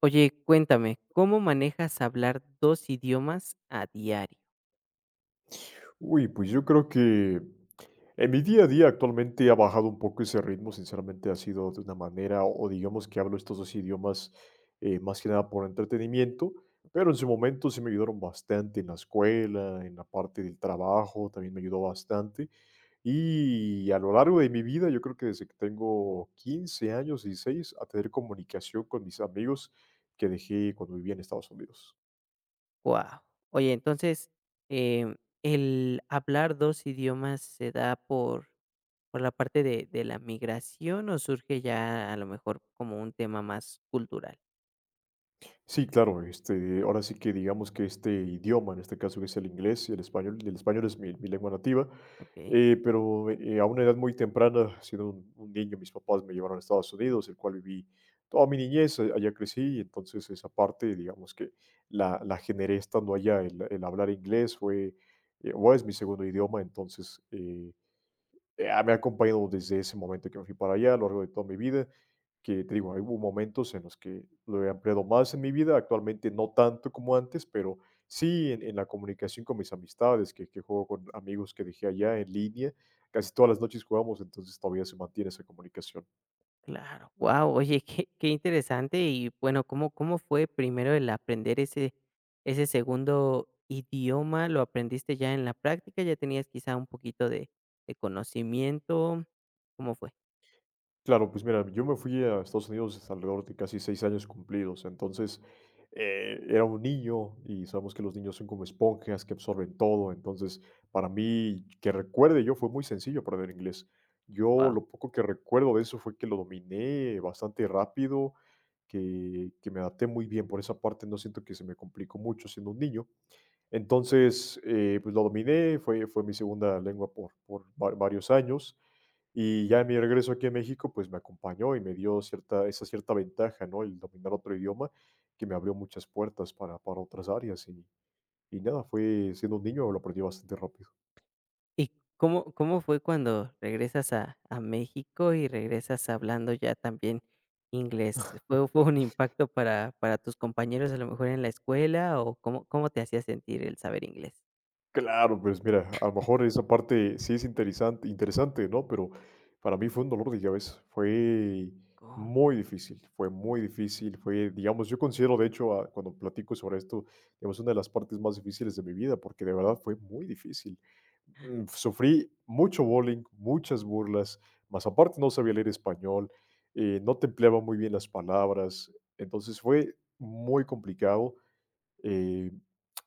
Oye, cuéntame, ¿cómo manejas hablar 2 idiomas a diario? Uy, pues yo creo que en mi día a día actualmente ha bajado un poco ese ritmo, sinceramente ha sido de una manera, o digamos que hablo estos dos idiomas más que nada por entretenimiento, pero en su momento sí me ayudaron bastante en la escuela, en la parte del trabajo, también me ayudó bastante. Y a lo largo de mi vida, yo creo que desde que tengo 15 años, 16, a tener comunicación con mis amigos que dejé cuando vivía en Estados Unidos. Guau. Oye, entonces, em, el hablar 2 idiomas se da por por la parte de la migración, ¿o surge ya a lo mejor como un tema más cultural? Sí, claro, este, ahora sí que digamos que este idioma, en este caso que es el inglés y el español es mi lengua nativa, ¿Ok? pero a una edad muy temprana, siendo un niño, mis papás me llevaron a Estados Unidos, el cual viví toda mi niñez, allá crecí, y entonces esa parte, digamos que la generé estando allá, el hablar inglés fue, o es mi segundo idioma, entonces me ha acompañado desde ese momento que me fui para allá, a lo largo de toda mi vida, que te digo, hubo momentos en los que lo he ampliado más en mi vida, actualmente no tanto como antes, pero sí en la comunicación con mis amistades, que juego con amigos que dejé allá en línea, casi todas las noches jugamos, entonces todavía se mantiene esa comunicación. Claro, wow. Oye, qué, qué interesante. Y bueno, ¿cómo, cómo fue primero el aprender ese, ese segundo idioma? ¿Lo aprendiste ya en la práctica? ¿Ya tenías quizá un poquito de conocimiento? ¿Cómo fue? Claro, pues mira, yo me fui a Estados Unidos alrededor de casi 6 años cumplidos, entonces, era un niño y sabemos que los niños son como esponjas que absorben todo, entonces, para mí, que recuerde yo, fue muy sencillo aprender inglés. Yo Wow. lo poco que recuerdo de eso fue que lo dominé bastante rápido, que me adapté muy bien por esa parte, no siento que se me complicó mucho siendo un niño. Entonces, pues lo dominé, fue mi segunda lengua por va varios años. Y ya en mi regreso aquí a México, pues, me acompañó y me dio cierta esa cierta ventaja, ¿no? El dominar otro idioma que me abrió muchas puertas para otras áreas y nada, fue siendo un niño lo aprendí bastante rápido. ¿Y cómo, cómo fue cuando regresas a México y regresas hablando ya también inglés? ¿Fue, fue un impacto para tus compañeros a lo mejor en la escuela? ¿O cómo, cómo te hacía sentir el saber inglés? Claro, pues mira, a lo mejor esa parte sí es interesante, interesante, ¿no? Pero para mí fue un dolor de llaves, fue ¿Cómo? muy difícil, fue muy difícil, fue, digamos, yo considero, de hecho, cuando platico sobre esto, digamos, una de las partes más difíciles de mi vida, porque de verdad fue muy difícil. Sufrí mucho bullying, muchas burlas, más aparte no sabía leer español, no empleaba muy bien las palabras, entonces fue muy complicado eh,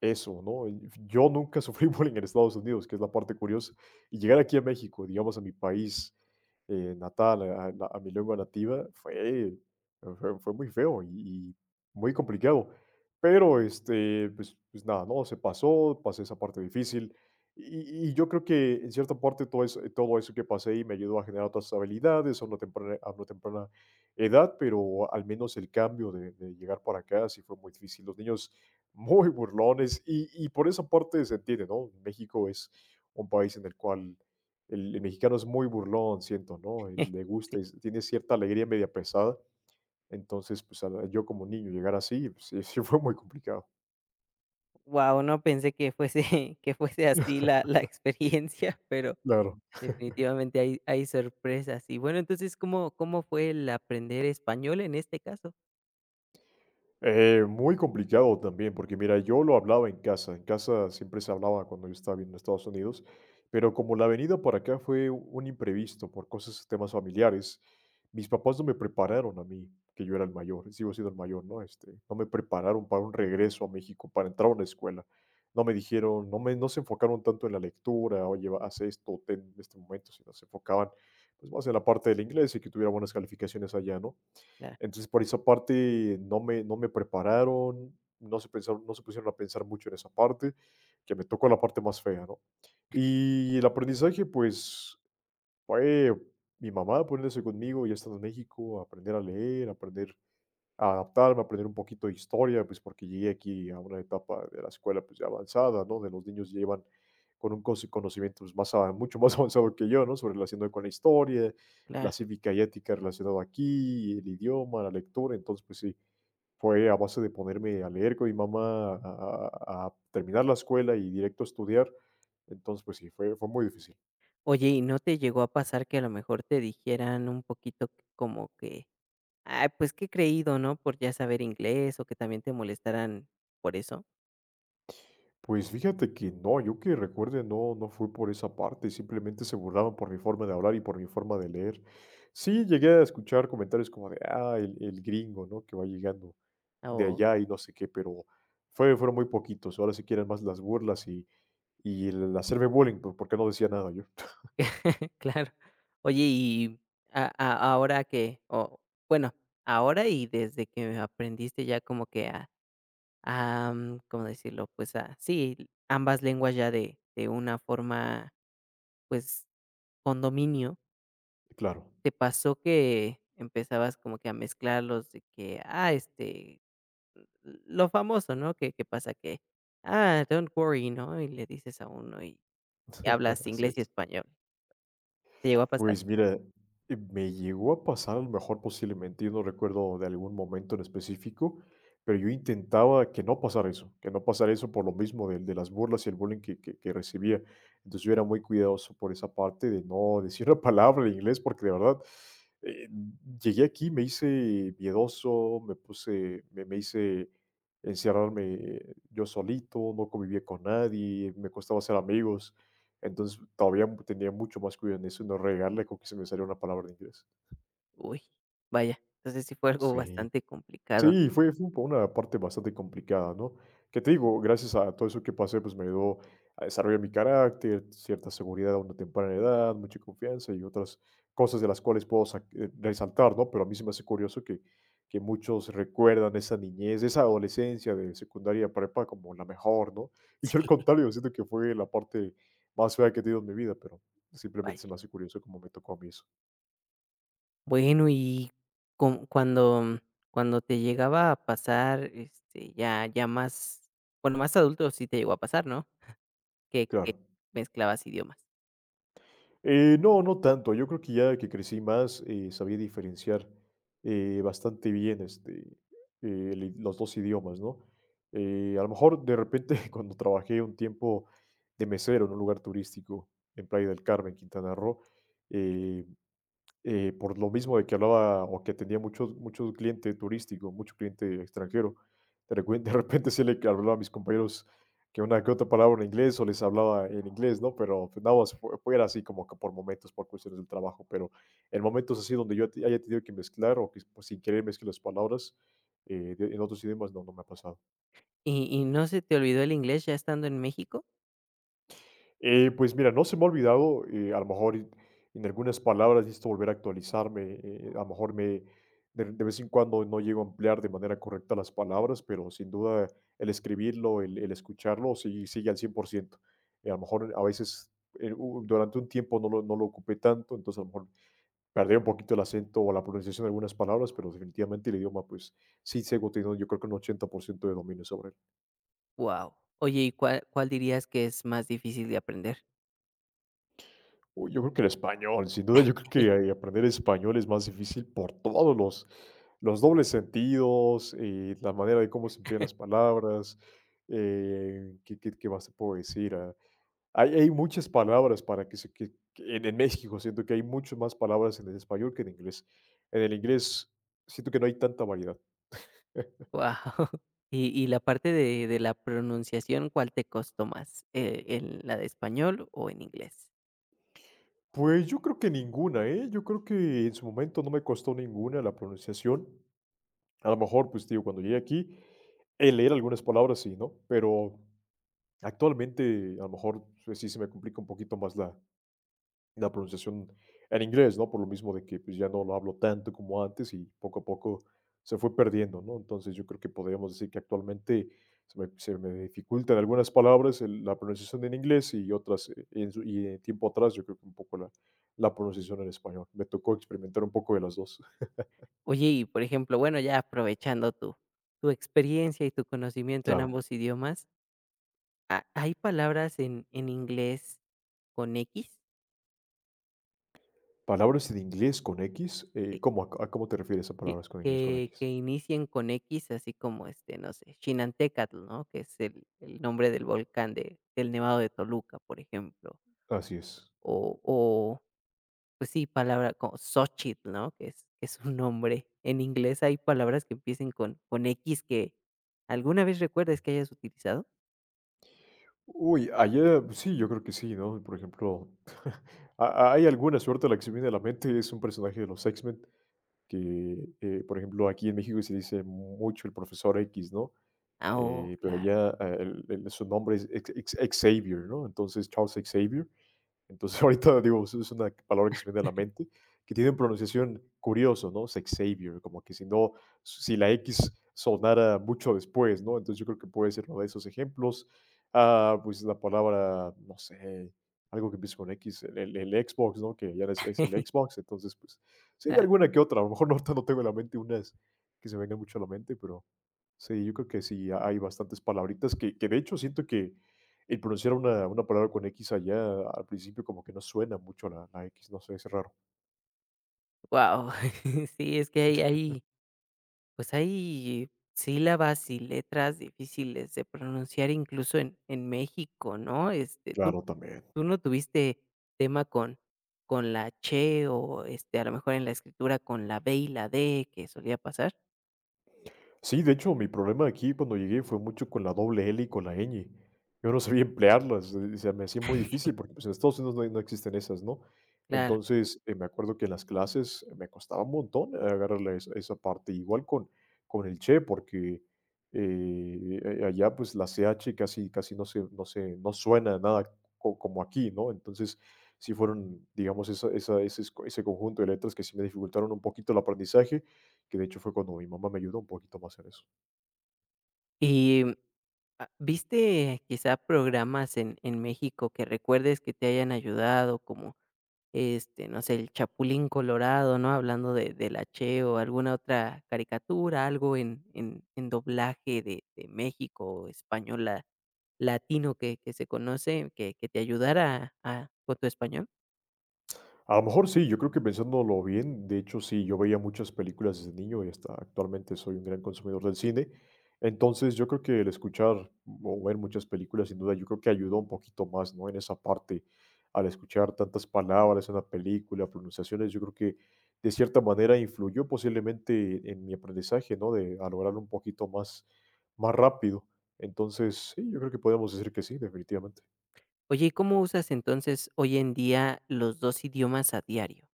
eso, ¿no? Y yo nunca sufrí bullying en Estados Unidos, que es la parte curiosa. Y llegar aquí a México, digamos, a mi país, natal, a la a mi lengua nativa, fue muy feo y muy complicado. Pero, este, pues nada, ¿no? Se pasó, pasé esa parte difícil. Y yo creo que en cierta parte todo eso que pasé ahí me ayudó a generar otras habilidades a una temprana edad, pero al menos el cambio de llegar para acá sí fue muy difícil. Los niños muy burlones y por esa parte se entiende, ¿no? México es un país en el cual el mexicano es muy burlón, siento, ¿no? Le Sí. gusta, y tiene cierta alegría media pesada. Entonces, pues yo como niño llegar así, pues, sí, sí fue muy complicado. Wow, no pensé que fuese que fuese así la la experiencia, pero Claro. definitivamente hay sorpresas. Y bueno, entonces, ¿cómo cómo fue el aprender español en este caso? Muy complicado también, porque mira, yo lo hablaba en casa siempre se hablaba cuando yo estaba viviendo en Estados Unidos, pero como la venida para acá fue un imprevisto por cosas, temas familiares, mis papás no me prepararon a mí, que yo era el mayor, sigo siendo el mayor, ¿no? Este, no me prepararon para un regreso a México, para entrar a una escuela. No me dijeron, no se enfocaron tanto en la lectura, oye, haz esto, ten este momento, sino se enfocaban pues más en la parte del inglés y que tuviera buenas calificaciones allá, ¿no? Claro, Entonces, por esa parte no me prepararon, no se pusieron a pensar mucho en esa parte, que me tocó la parte más fea, ¿no? Y el aprendizaje, pues, fue mi mamá ponerse conmigo, ya estando en México, aprender a leer, aprender a adaptarme, aprender un poquito de historia, pues, porque llegué aquí a una etapa de la escuela, pues, ya avanzada, ¿no? De los niños llevan con un cosi conocimiento, pues, más a mucho más avanzado que yo, ¿no? Sobre relacionado con la historia, la claro. cívica y ética relacionado aquí, el idioma, la lectura. Entonces, pues sí, fue a base de ponerme a leer con mi mamá, a terminar la escuela y directo a estudiar. Entonces, pues sí, fue muy difícil. Oye, ¿y no te llegó a pasar que a lo mejor te dijeran un poquito como que: "Ay, pues qué creído, ¿no?", por ya saber inglés, o que también te molestaran por eso, Pues fíjate que no, yo que recuerde, no, no fue por esa parte, simplemente se burlaban por mi forma de hablar y por mi forma de leer. Sí, llegué a escuchar comentarios como de, el gringo, ¿no? Que va llegando de o allá y no sé qué, pero fueron muy poquitos. Ahora sí quieren más las burlas y el hacerme bullying, pues, ¿por qué no decía nada yo? claro. Oye, y a ahora que o bueno, ahora y desde que aprendiste ya como que a... ¿cómo decirlo? Pues, a sí, ambas lenguas ya de una forma, pues, con dominio. Claro, ¿Te pasó que empezabas como que a mezclarlos de que, ah, este, lo famoso, ¿no? Que pasa que, ah, don't worry, ¿no? Y le dices a uno y sí, hablas así inglés y es. español. ¿Te llegó a pasar? Pues mira, me llegó a pasar a lo mejor posiblemente, yo no recuerdo de algún momento en específico, pero yo intentaba que no pasara eso, que no pasara eso por lo mismo de las burlas y el bullying que recibía. Entonces yo era muy cuidadoso por esa parte de no decir una palabra en inglés, porque de verdad eh, llegué aquí, me hice miedoso, me hice encerrarme yo solito, no convivía con nadie, me costaba hacer amigos. Entonces, todavía tenía mucho más cuidado en eso, y no regarle con que se me saliera una palabra en inglés. Uy, vaya, entonces sí fue algo Sí. bastante complicado. Sí, fue fue un po una parte bastante complicada, ¿no? Que te digo, gracias a todo eso que pasé, pues, me ayudó a desarrollar mi carácter, cierta seguridad a una temprana edad, mucha confianza y otras cosas de las cuales puedo sac resaltar, ¿no? Pero a mí se me hace curioso que muchos recuerdan esa niñez, esa adolescencia de secundaria, prepa como la mejor, ¿no? Y yo al Sí, contrario, siento que fue la parte más fea que he tenido en mi vida, pero simplemente se vaya. me hace curioso cómo me tocó a mí eso. Bueno, y con cuando cuando te llegaba a pasar, este, ya ya más, bueno, más adulto sí te llegó a pasar, ¿no? Que Claro. mezclabas idiomas. No, no tanto. Yo creo que ya que crecí más, sabía diferenciar bastante bien este, el los dos idiomas, ¿no? A lo mejor de repente cuando trabajé un tiempo de mesero en un lugar turístico en Playa del Carmen, Quintana Roo, eh, por lo mismo de que hablaba o que atendía muchos, muchos clientes turísticos, mucho cliente extranjero. De repente sí le hablaba a mis compañeros que una que otra palabra en inglés o les hablaba en inglés, ¿no? Pero pues, nada más fue así como que por momentos, por cuestiones del trabajo, pero en momentos así donde yo haya tenido que mezclar o que pues, sin querer mezcle las palabras en otros idiomas, no, no me ha pasado. ¿Y no se te olvidó el inglés ya estando en México? Pues mira, no se me ha olvidado, a lo mejor en algunas palabras necesito volver a actualizarme, a lo mejor de vez en cuando no llego a emplear de manera correcta las palabras, pero sin duda el escribirlo, el escucharlo, sí, sigue al 100%. A lo mejor a veces durante un tiempo no lo ocupé tanto, entonces a lo mejor perdí un poquito el acento o la pronunciación de algunas palabras, pero definitivamente el idioma, pues sí sigo teniendo yo creo que un 80% de dominio sobre él. Wow. Oye, ¿y cuál dirías que es más difícil de aprender? Uy, yo creo que el español, sin duda, yo creo que, aprender español es más difícil por todos los dobles sentidos, la manera de cómo se emplean las palabras, ¿qué más te puedo decir? Ah, hay muchas palabras para que se que en México siento que hay muchas más palabras en el español que en inglés. En el inglés siento que no hay tanta variedad. Wow. Y la parte de la pronunciación, ¿cuál te costó más? ¿Eh, en la de español o en inglés? Pues, yo creo que ninguna, ¿eh? Yo creo que en su momento no me costó ninguna la pronunciación. A lo mejor, pues, digo, cuando llegué aquí, el leer algunas palabras sí, ¿no? Pero actualmente, a lo mejor, pues, sí se me complica un poquito más la pronunciación en inglés, ¿no? Por lo mismo de que, pues, ya no lo hablo tanto como antes y poco a poco se fue perdiendo, ¿no? Entonces, yo creo que podríamos decir que actualmente se me dificultan algunas palabras, el la pronunciación en inglés y otras, en su y en tiempo atrás, yo creo que un poco la la pronunciación en español. Me tocó experimentar un poco de las dos. Oye, y por ejemplo, bueno, ya aprovechando tu tu experiencia y tu conocimiento en Claro. ambos idiomas, ¿ha hay palabras en inglés con X Palabras en inglés con X, que ¿cómo? ¿A cómo te refieres a que palabras con inglés con que X? inicien con X? Así como, este, no sé, Chinantecatl, ¿no? Que es el nombre del volcán de del Nevado de Toluca, por ejemplo. Así es. O pues sí, palabra como Xóchitl, ¿no? Que es un nombre. En inglés hay palabras que empiecen con X que, ¿alguna vez recuerdas que hayas utilizado? Uy, allá sí, yo creo que sí, ¿no? Por ejemplo, ha hay alguna suerte, la que se me viene a la mente es un personaje de los X-Men que, por ejemplo, aquí en México se dice mucho el profesor X, ¿no? Ah, oh, Pero claro. allá, el su nombre es Ex Xavier, ¿no? Entonces, Charles Xavier. Entonces, ahorita digo, es una palabra que se me viene a la mente, que tiene una pronunciación curioso, ¿no? Sexavior, como que si no, si la X sonara mucho después, ¿no? Entonces yo creo que puede ser uno de esos ejemplos. Ah, pues la palabra, no sé, algo que empieza con X, el Xbox, ¿no? Que ya no es, es el Xbox, entonces, pues, sí hay Claro. alguna que otra. A lo mejor no, ahorita no tengo en la mente unas que se vengan mucho a la mente, pero sí, yo creo que sí, hay bastantes palabritas que de hecho siento que el pronunciar una palabra con X allá al principio como que no suena mucho la la X, no sé, es raro. Wow. Sí, es que pues, hay sílabas y letras difíciles de pronunciar incluso en México, ¿no? Este, Claro, también. tú no tuviste tema con la che o, este, a lo mejor en la escritura con la b y la d que solía pasar? Sí, de hecho, mi problema aquí cuando llegué fue mucho con la doble L y con la ñ. Yo no sabía emplearlas, se me hacía muy difícil porque, pues, en Estados Unidos no hay no existen esas, ¿no? Claro. Entonces, me acuerdo que en las clases me costaba un montón agarrarle esa esa parte. Igual con el che, porque, a allá, pues, la CH casi casi no suena nada co como aquí, ¿no? Entonces, sí fueron, digamos, esa esa ese ese conjunto de letras que sí me dificultaron un poquito el aprendizaje, que de hecho fue cuando mi mamá me ayudó un poquito más en eso. Y, ah, ¿viste quizá programas en México que recuerdes que te hayan ayudado? Como, este, no sé, el Chapulín Colorado, ¿no? Hablando de del H o alguna otra caricatura, algo en en doblaje de México o español latino que se conoce, que te ayudara a con tu español. A lo mejor sí, yo creo que pensándolo bien, de hecho sí, yo veía muchas películas desde niño y hasta actualmente soy un gran consumidor del cine. Entonces yo creo que el escuchar o ver muchas películas, sin duda, yo creo que ayudó un poquito más, ¿no? En esa parte, al escuchar tantas palabras en una película, pronunciaciones, yo creo que de cierta manera influyó posiblemente en mi aprendizaje, ¿no? De a lograrlo un poquito más, más rápido. Entonces, sí, yo creo que podemos decir que sí, definitivamente. Oye, ¿y cómo usas entonces hoy en día los 2 idiomas a diario?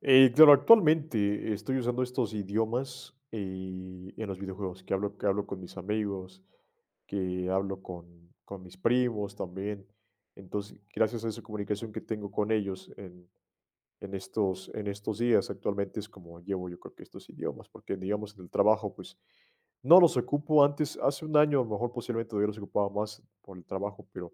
Claro, actualmente estoy usando estos idiomas, en los videojuegos, que hablo con mis amigos, que hablo con mis primos también. Entonces, gracias a esa comunicación que tengo con ellos en estos días, actualmente es como llevo yo creo que estos idiomas, porque, digamos, en el trabajo, pues, no los ocupo antes, hace un año, a lo mejor posiblemente hubiera los ocupaba más por el trabajo, pero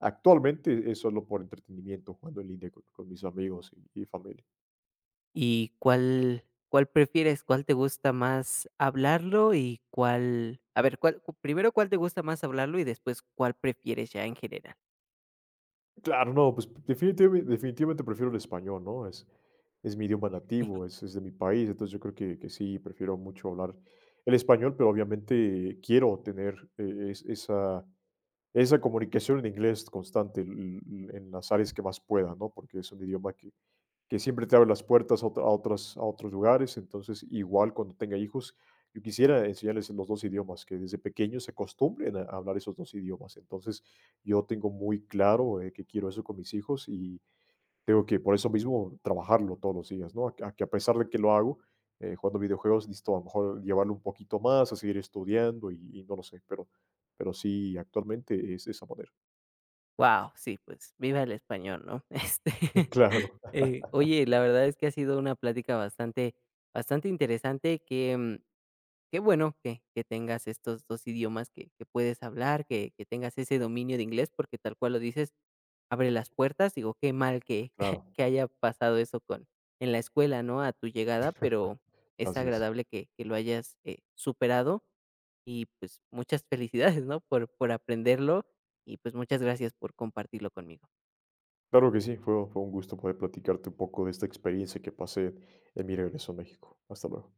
actualmente es solo por entretenimiento, jugando en línea con mis amigos y familia. ¿Y cuál prefieres? ¿Cuál te gusta más hablarlo y cuál? A ver, ¿cuál? Primero, ¿cuál te gusta más hablarlo? Y después, ¿cuál prefieres ya en general? Claro, no, pues definitivamente, definitivamente prefiero el español, ¿no? Es mi idioma nativo, es de mi país, entonces yo creo que sí, prefiero mucho hablar el español, pero obviamente quiero tener esa esa comunicación en inglés constante l l en las áreas que más pueda, ¿no? Porque es un idioma que siempre te abre las puertas a otra a otras a otros lugares. Entonces, igual cuando tenga hijos, yo quisiera enseñarles los 2 idiomas, que desde pequeños se acostumbren a hablar esos 2 idiomas. Entonces, yo tengo muy claro, que quiero eso con mis hijos y tengo que por eso mismo trabajarlo todos los días, ¿no? A que a que a pesar de que lo hago, jugando videojuegos, listo, a lo mejor llevarlo un poquito más, a seguir estudiando y no lo sé, pero sí, actualmente es de esa manera. Wow, sí, pues, viva el español, ¿no? Este, Claro, oye, la verdad es que ha sido una plática bastante bastante interesante que, qué bueno que tengas estos 2 idiomas que puedes hablar, que tengas ese dominio de inglés, porque tal cual lo dices, abre las puertas. Digo, qué mal que claro, que haya pasado eso con en la escuela, ¿no?, a tu llegada, pero es así es. agradable que lo hayas, superado y, pues, muchas felicidades, ¿no?, por aprenderlo y, pues, muchas gracias por compartirlo conmigo. Claro que sí, fue un gusto poder platicarte un poco de esta experiencia que pasé en mi regreso a México. Hasta luego.